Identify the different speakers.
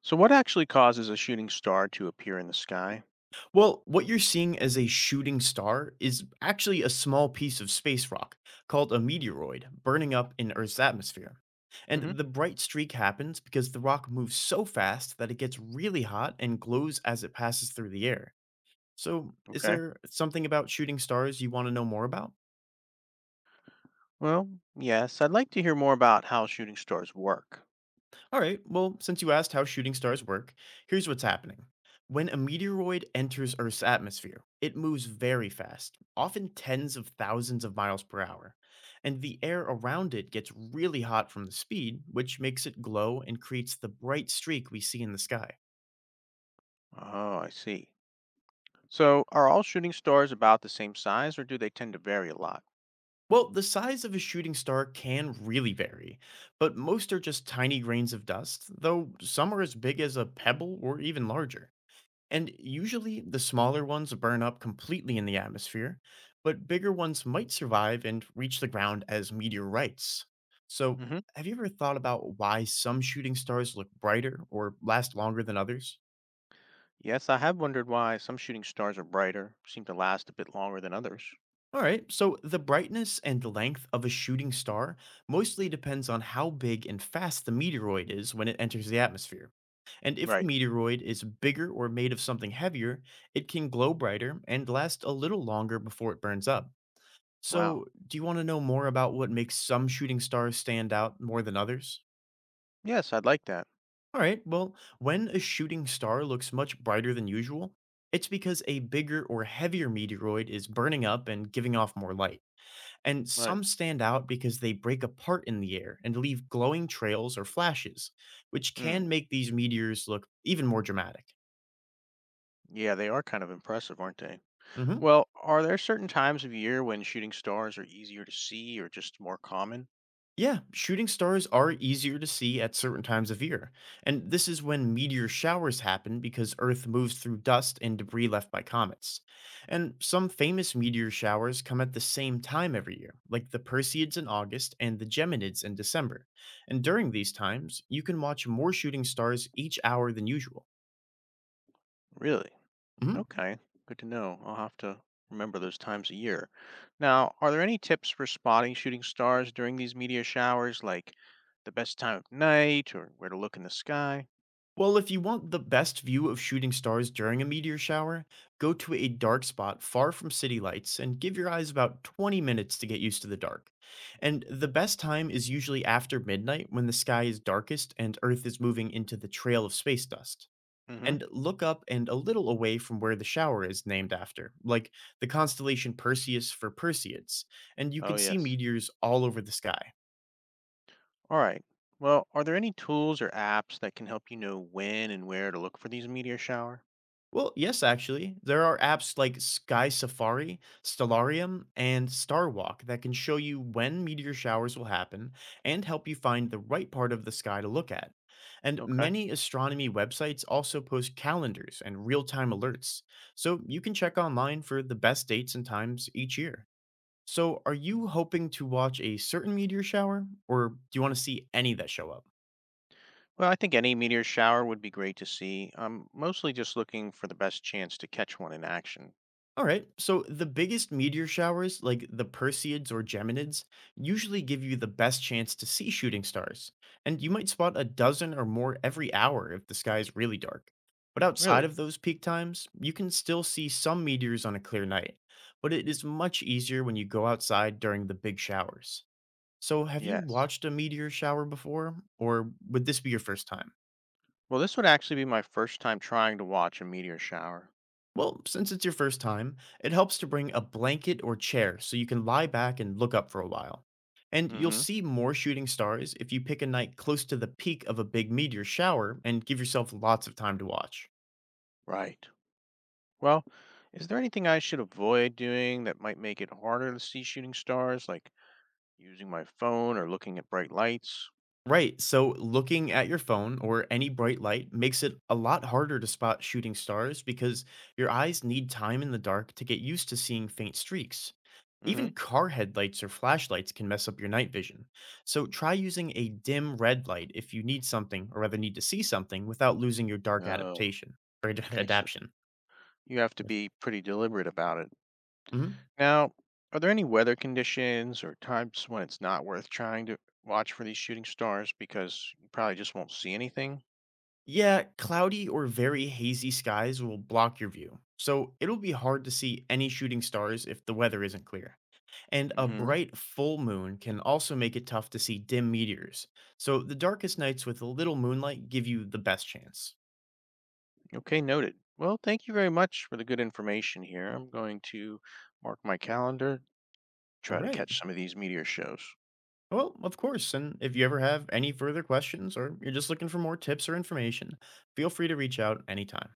Speaker 1: So, what actually causes a shooting star to appear in the sky?
Speaker 2: Well, what you're seeing as a shooting star is actually a small piece of space rock called a meteoroid burning up in Earth's atmosphere. And
Speaker 1: Hmm.
Speaker 2: the bright streak happens because the rock moves so fast that it gets really hot and glows as it passes through the air. So, is
Speaker 1: Okay.
Speaker 2: there something about shooting stars you want to know more about?
Speaker 1: Well, yes, I'd like to hear more about how shooting stars work.
Speaker 2: All right, well, since you asked how shooting stars work, here's what's happening. When a meteoroid enters Earth's atmosphere, it moves very fast, often tens of thousands of miles per hour, and the air around it gets really hot from the speed, which makes it glow and creates the bright streak we see in the sky.
Speaker 1: Oh, I see. So, are all shooting stars about the same size or do they tend to vary a lot?
Speaker 2: Well, the size of a shooting star can really vary, but most are just tiny grains of dust, though some are as big as a pebble or even larger. And usually the smaller ones burn up completely in the atmosphere, but bigger ones might survive and reach the ground as meteorites. So,
Speaker 1: Hmm.
Speaker 2: have you ever thought about why some shooting stars look brighter or last longer than others?
Speaker 1: Yes, I have wondered why some shooting stars are brighter, seem to last a bit longer than others.
Speaker 2: All right, so the brightness and length of a shooting star mostly depends on how big and fast the meteoroid is when it enters the atmosphere. And if the
Speaker 1: Right.
Speaker 2: meteoroid is bigger or made of something heavier, it can glow brighter and last a little longer before it burns up.
Speaker 1: Wow.
Speaker 2: So, do you want to know more about what makes some shooting stars stand out more than others?
Speaker 1: Yes, I'd like that.
Speaker 2: All right, well, when a shooting star looks much brighter than usual, it's because a bigger or heavier meteoroid is burning up and giving off more light. And
Speaker 1: Right.
Speaker 2: some stand out because they break apart in the air and leave glowing trails or flashes, which can
Speaker 1: Hmm.
Speaker 2: make these meteors look even more dramatic.
Speaker 1: Yeah, they are kind of impressive, aren't they?
Speaker 2: Mhm.
Speaker 1: Well, are there certain times of year when shooting stars are easier to see or just more common?
Speaker 2: Yeah, shooting stars are easier to see at certain times of year, and this is when meteor showers happen because Earth moves through dust and debris left by comets. And some famous meteor showers come at the same time every year, like the Perseids in August and the Geminids in December. And during these times, you can watch more shooting stars each hour than usual.
Speaker 1: Really?
Speaker 2: Mhm.
Speaker 1: Okay, good to know. I'll have to remember those times a year. Now, are there any tips for spotting shooting stars during these meteor showers, like the best time of night or where to look in the sky?
Speaker 2: Well, if you want the best view of shooting stars during a meteor shower, go to a dark spot far from city lights and give your eyes about 20 minutes to get used to the dark. And the best time is usually after midnight when the sky is darkest and Earth is moving into the trail of space dust.
Speaker 1: Mm-hmm.
Speaker 2: And look up and a little away from where the shower is named after, like the constellation Perseus for Perseids, and you
Speaker 1: Oh,
Speaker 2: can see
Speaker 1: yes.
Speaker 2: meteors all over the sky.
Speaker 1: All right. Well, are there any tools or apps that can help you know when and where to look for these meteor shower?
Speaker 2: Well, yes, actually. There are apps like Sky Safari, Stellarium, and Starwalk that can show you when meteor showers will happen and help you find the right part of the sky to look at. And
Speaker 1: Okay.
Speaker 2: many astronomy websites also post calendars and real time alerts, so you can check online for the best dates and times each year. So, are you
Speaker 1: Mhm.
Speaker 2: hoping to watch a certain meteor shower, or do you want to see any that show up?
Speaker 1: Well, I think any meteor shower would be great to see. I'm mostly just looking for the best chance to catch one in action.
Speaker 2: All right, so the biggest meteor showers, like the Perseids or Geminids, usually give you the best chance to see shooting stars, and you might spot a dozen or more every hour if the sky is really dark. But outside
Speaker 1: Really?
Speaker 2: of those peak times, you can still see some meteors on a clear night, but it is much easier when you go outside during the big showers. So, have you
Speaker 1: Yes.
Speaker 2: watched a meteor shower before, or would this be your first time?
Speaker 1: Well, this would actually be my first time trying to watch a meteor shower.
Speaker 2: Well, since it's your first time, it helps to bring a blanket or chair so you can lie back and look up for a while. And you'll
Speaker 1: Hmm.
Speaker 2: see more shooting stars if you pick a night close to the peak of a big meteor shower and give yourself lots of time to watch.
Speaker 1: Right. Well, is there anything I should avoid doing that might make it harder to see shooting stars, like using my phone or looking at bright lights?
Speaker 2: Right. So looking at your phone or any bright light makes it a lot harder to spot shooting stars because your eyes need time in the dark to get used to seeing faint streaks.
Speaker 1: Hmm.
Speaker 2: Even car headlights or flashlights can mess up your night vision. So try using a dim red light if you need something or rather need to see something without losing your dark
Speaker 1: Oh,
Speaker 2: adaptation or ad-
Speaker 1: okay. So
Speaker 2: adaption.
Speaker 1: you have to
Speaker 2: Yes.
Speaker 1: be pretty deliberate about it.
Speaker 2: Mhm.
Speaker 1: Now, are there any weather conditions or times when it's not worth trying to watch for these shooting stars because you probably just won't see anything?
Speaker 2: Yeah, cloudy or very hazy skies will block your view. So it'll be hard to see any shooting stars if the weather isn't clear. And a
Speaker 1: Hmm.
Speaker 2: bright full moon can also make it tough to see dim meteors. So the darkest nights with little moonlight give you the best chance.
Speaker 1: Okay, noted. Well, thank you very much for the good information here. I'm going to mark my calendar,
Speaker 2: All
Speaker 1: try to
Speaker 2: right.
Speaker 1: catch some of these meteor shows.
Speaker 2: Well, of course. And if you ever have any further questions or you're just looking for more tips or information, feel free to reach out anytime.